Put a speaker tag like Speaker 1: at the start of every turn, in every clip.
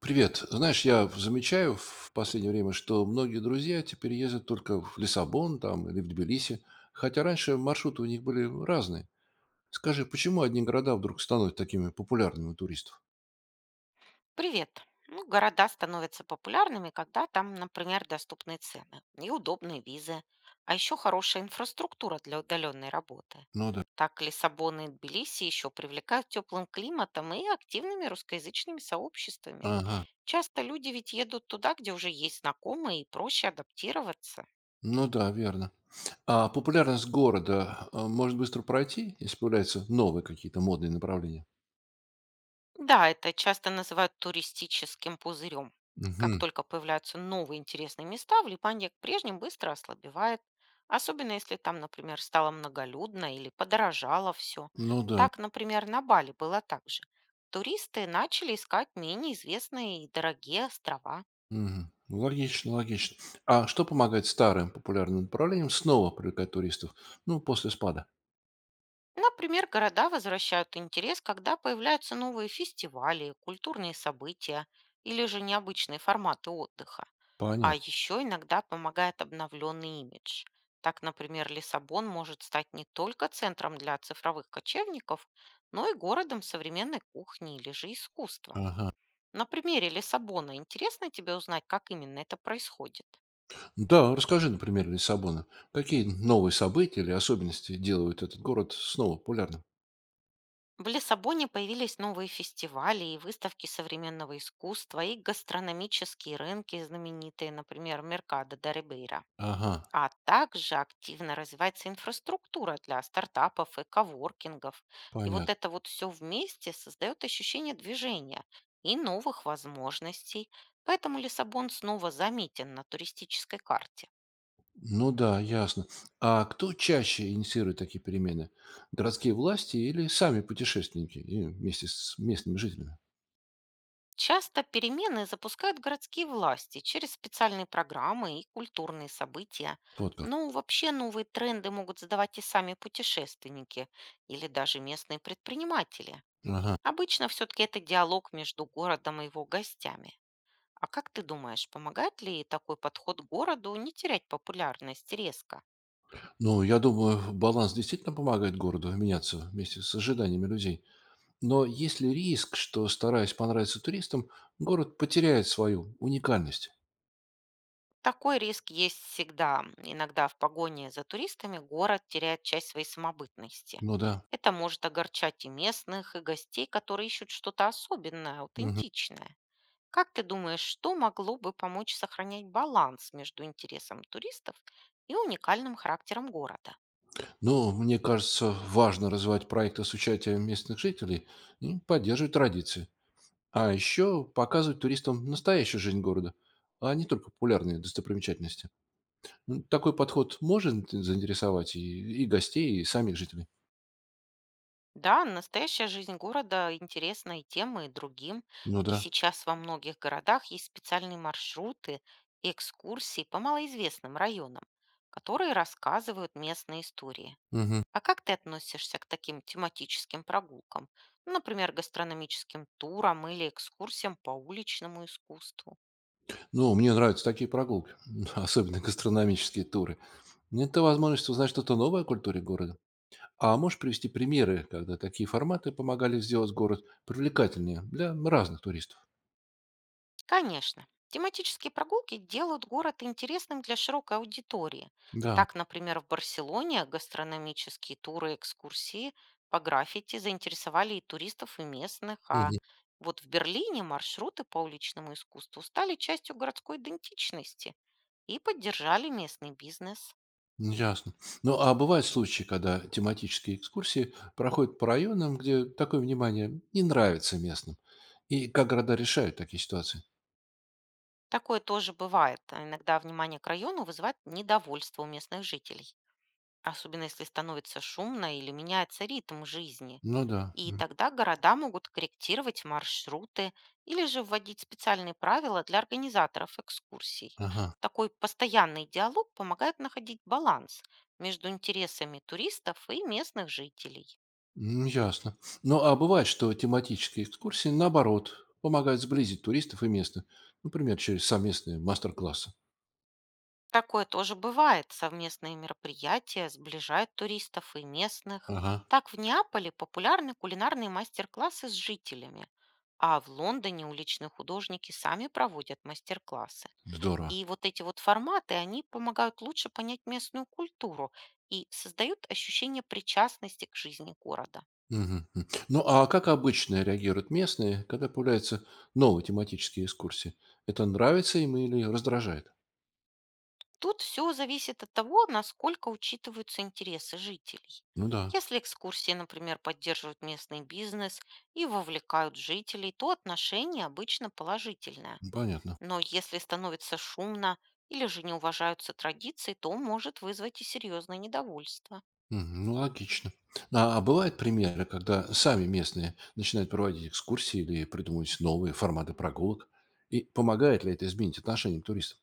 Speaker 1: Привет. Знаешь, я замечаю в последнее время, что многие друзья теперь ездят только в Лиссабон там или в Тбилиси, хотя раньше маршруты у них были разные. Скажи, почему одни города вдруг становятся такими популярными у туристов?
Speaker 2: Привет. Ну, города становятся популярными, когда там, например, доступные цены и удобные визы, а еще хорошая инфраструктура для удаленной работы.
Speaker 1: Ну да.
Speaker 2: Так Лиссабон и Тбилиси еще привлекают теплым климатом и активными русскоязычными сообществами.
Speaker 1: Ага.
Speaker 2: Часто люди ведь едут туда, где уже есть знакомые, и проще адаптироваться.
Speaker 1: Ну да, верно. А популярность города может быстро пройти, если появляются новые какие-то модные направления?
Speaker 2: Да, это часто называют туристическим пузырем. Как
Speaker 1: Угу.
Speaker 2: только появляются новые интересные места, влипание к прежним быстро ослабевает. Особенно если там, например, стало многолюдно или подорожало все.
Speaker 1: Ну да.
Speaker 2: Так, например, на Бали было так же. Туристы начали искать менее известные и дорогие острова.
Speaker 1: Мгм. Логично, логично. А что помогает старым популярным направлениям снова привлекать туристов? Ну, после спада.
Speaker 2: Например, города возвращают интерес, когда появляются новые фестивали, культурные события или же необычные форматы отдыха. А
Speaker 1: Понятно.
Speaker 2: еще иногда помогает обновленный имидж. Так, например, Лиссабон может стать не только центром для цифровых кочевников, но и городом современной кухни или же искусства.
Speaker 1: Ага.
Speaker 2: На примере Лиссабона интересно тебе узнать, как именно это происходит?
Speaker 1: Да, расскажи, например, Лиссабона. Какие новые события или особенности делают этот город снова популярным?
Speaker 2: В Лиссабоне появились новые фестивали и выставки современного искусства и гастрономические рынки, знаменитые, например, Меркадо да Рибейра.
Speaker 1: Ага,
Speaker 2: А также активно развивается инфраструктура для стартапов и коворкингов. И вот
Speaker 1: понятно.
Speaker 2: это вот все вместе создает ощущение движения и новых возможностей. Поэтому Лиссабон снова заметен на туристической карте.
Speaker 1: Ну да, ясно. А кто чаще инициирует такие перемены? Городские власти или сами путешественники и вместе с местными жителями?
Speaker 2: Часто перемены запускают городские власти через специальные программы и культурные события.
Speaker 1: Вот как.
Speaker 2: Ну, вообще новые тренды могут задавать и сами путешественники или даже местные предприниматели.
Speaker 1: Ага.
Speaker 2: Обычно все-таки это диалог между городом и его гостями. А как ты думаешь, помогает ли такой подход городу не терять популярность резко?
Speaker 1: Ну, я думаю, баланс действительно помогает городу меняться вместе с ожиданиями людей. Но есть ли риск, что, стараясь понравиться туристам, город потеряет свою уникальность?
Speaker 2: Такой риск есть всегда. Иногда в погоне за туристами город теряет часть своей самобытности.
Speaker 1: Ну да.
Speaker 2: Это может огорчать и местных, и гостей, которые ищут что-то особенное, аутентичное. Как ты думаешь, что могло бы помочь сохранять баланс между интересом туристов и уникальным характером города?
Speaker 1: Ну, мне кажется, важно развивать проекты с участием местных жителей и поддерживать традиции. А еще показывать туристам настоящую жизнь города, а не только популярные достопримечательности. Ну, такой подход может заинтересовать и гостей, и самих жителей.
Speaker 2: Да, настоящая жизнь города интересна и тем, и другим.
Speaker 1: Ну
Speaker 2: И
Speaker 1: да.
Speaker 2: сейчас во многих городах есть специальные маршруты и экскурсии по малоизвестным районам, которые рассказывают местные истории.
Speaker 1: Мгм.
Speaker 2: А как ты относишься к таким тематическим прогулкам? Ну, например, гастрономическим турам или экскурсиям по уличному искусству?
Speaker 1: Ну, мне нравятся такие прогулки, особенно гастрономические туры. Это возможность узнать что-то новое о культуре города. А можешь привести примеры, когда такие форматы помогали сделать город привлекательнее для разных туристов?
Speaker 2: Конечно. Тематические прогулки делают город интересным для широкой аудитории.
Speaker 1: Да.
Speaker 2: Так, например, в Барселоне гастрономические туры и экскурсии по граффити заинтересовали и туристов, и местных, а
Speaker 1: Мгм.
Speaker 2: вот в Берлине маршруты по уличному искусству стали частью городской идентичности и поддержали местный бизнес.
Speaker 1: Ну, ясно. Ну, а бывают случаи, когда тематические экскурсии проходят по районам, где такое внимание не нравится местным. И как города решают такие ситуации?
Speaker 2: Такое тоже бывает. Иногда внимание к району вызывает недовольство у местных жителей, особенно если становится шумно или меняется ритм жизни.
Speaker 1: Ну да.
Speaker 2: И тогда города могут корректировать маршруты или же вводить специальные правила для организаторов экскурсий.
Speaker 1: Ага.
Speaker 2: Такой постоянный диалог помогает находить баланс между интересами туристов и местных жителей.
Speaker 1: М, ясно. Ну, а бывает, что тематические экскурсии, наоборот, помогают сблизить туристов и местных. Например, через совместные мастер-классы.
Speaker 2: Такое тоже бывает. Совместные мероприятия сближают туристов и местных.
Speaker 1: Ага.
Speaker 2: Так в Неаполе популярны кулинарные мастер-классы с жителями, а в Лондоне уличные художники сами проводят мастер-классы.
Speaker 1: Здорово.
Speaker 2: И вот эти вот форматы, они помогают лучше понять местную культуру и создают ощущение причастности к жизни города.
Speaker 1: Мгм. М. Ну, а как обычно реагируют местные, когда появляются новые тематические экскурсии? Это нравится им или раздражает?
Speaker 2: Тут все зависит от того, насколько учитываются интересы жителей.
Speaker 1: Ну да,
Speaker 2: Если экскурсии, например, поддерживают местный бизнес и вовлекают жителей, то отношение обычно положительное.
Speaker 1: понятно.
Speaker 2: Но если становится шумно или же не уважаются традиции, то может вызвать и серьезное недовольство.
Speaker 1: Мгм. Ну, логично. А бывают примеры, когда сами местные начинают проводить экскурсии или придумывать новые форматы прогулок? И помогает ли это изменить отношение к туристам?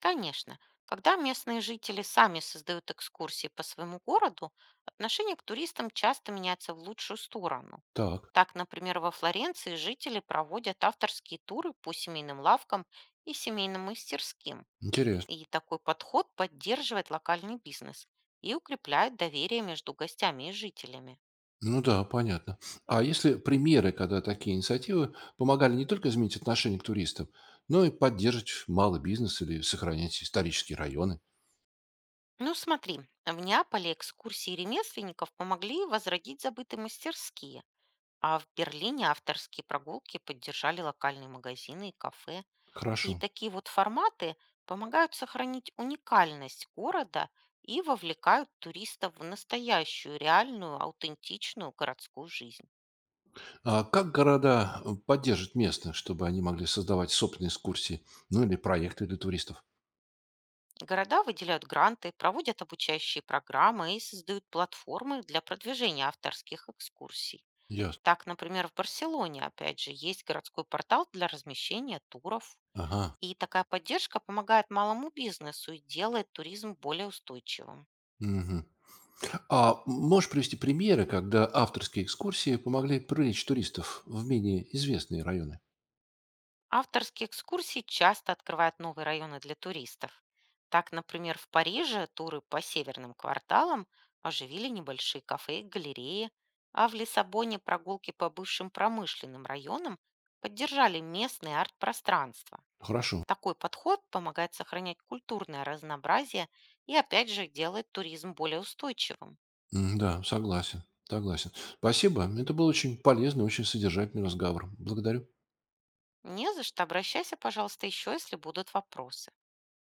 Speaker 2: Конечно, когда местные жители сами создают экскурсии по своему городу, отношение к туристам часто меняется в лучшую сторону.
Speaker 1: Так,
Speaker 2: Так, например, во Флоренции жители проводят авторские туры по семейным лавкам и семейным мастерским.
Speaker 1: интересно.
Speaker 2: И такой подход поддерживает локальный бизнес и укрепляет доверие между гостями и жителями.
Speaker 1: Ну да, понятно. А если примеры, когда такие инициативы помогали не только изменить отношение к туристам, но и поддерживать малый бизнес или сохранять исторические районы?
Speaker 2: Ну смотри, в Неаполе экскурсии ремесленников помогли возродить забытые мастерские, а в Берлине авторские прогулки поддержали локальные магазины и кафе. И
Speaker 1: Хорошо.
Speaker 2: такие вот форматы помогают сохранить уникальность города и вовлекают туристов в настоящую, реальную, аутентичную городскую жизнь.
Speaker 1: А как города поддержат местных, чтобы они могли создавать собственные экскурсии, ну или проекты для туристов?
Speaker 2: Города выделяют гранты, проводят обучающие программы и создают платформы для продвижения авторских экскурсий.
Speaker 1: Ясно.
Speaker 2: Так, например, в Барселоне, опять же, есть городской портал для размещения туров.
Speaker 1: Ага.
Speaker 2: И такая поддержка помогает малому бизнесу и делает туризм более устойчивым.
Speaker 1: Мгм. А можешь привести примеры, когда авторские экскурсии помогли привлечь туристов в менее известные районы?
Speaker 2: Авторские экскурсии часто открывают новые районы для туристов. Так, например, в Париже туры по северным кварталам оживили небольшие кафе и галереи, а в Лиссабоне прогулки по бывшим промышленным районам поддержали местные арт-пространства.
Speaker 1: Хорошо.
Speaker 2: Такой подход помогает сохранять культурное разнообразие и, опять же, делает туризм более устойчивым.
Speaker 1: М, да, согласен. Согласен. Спасибо. Это был очень полезный, очень содержательный разговор. Благодарю.
Speaker 2: Не за что. Обращайся, пожалуйста, еще, если будут вопросы.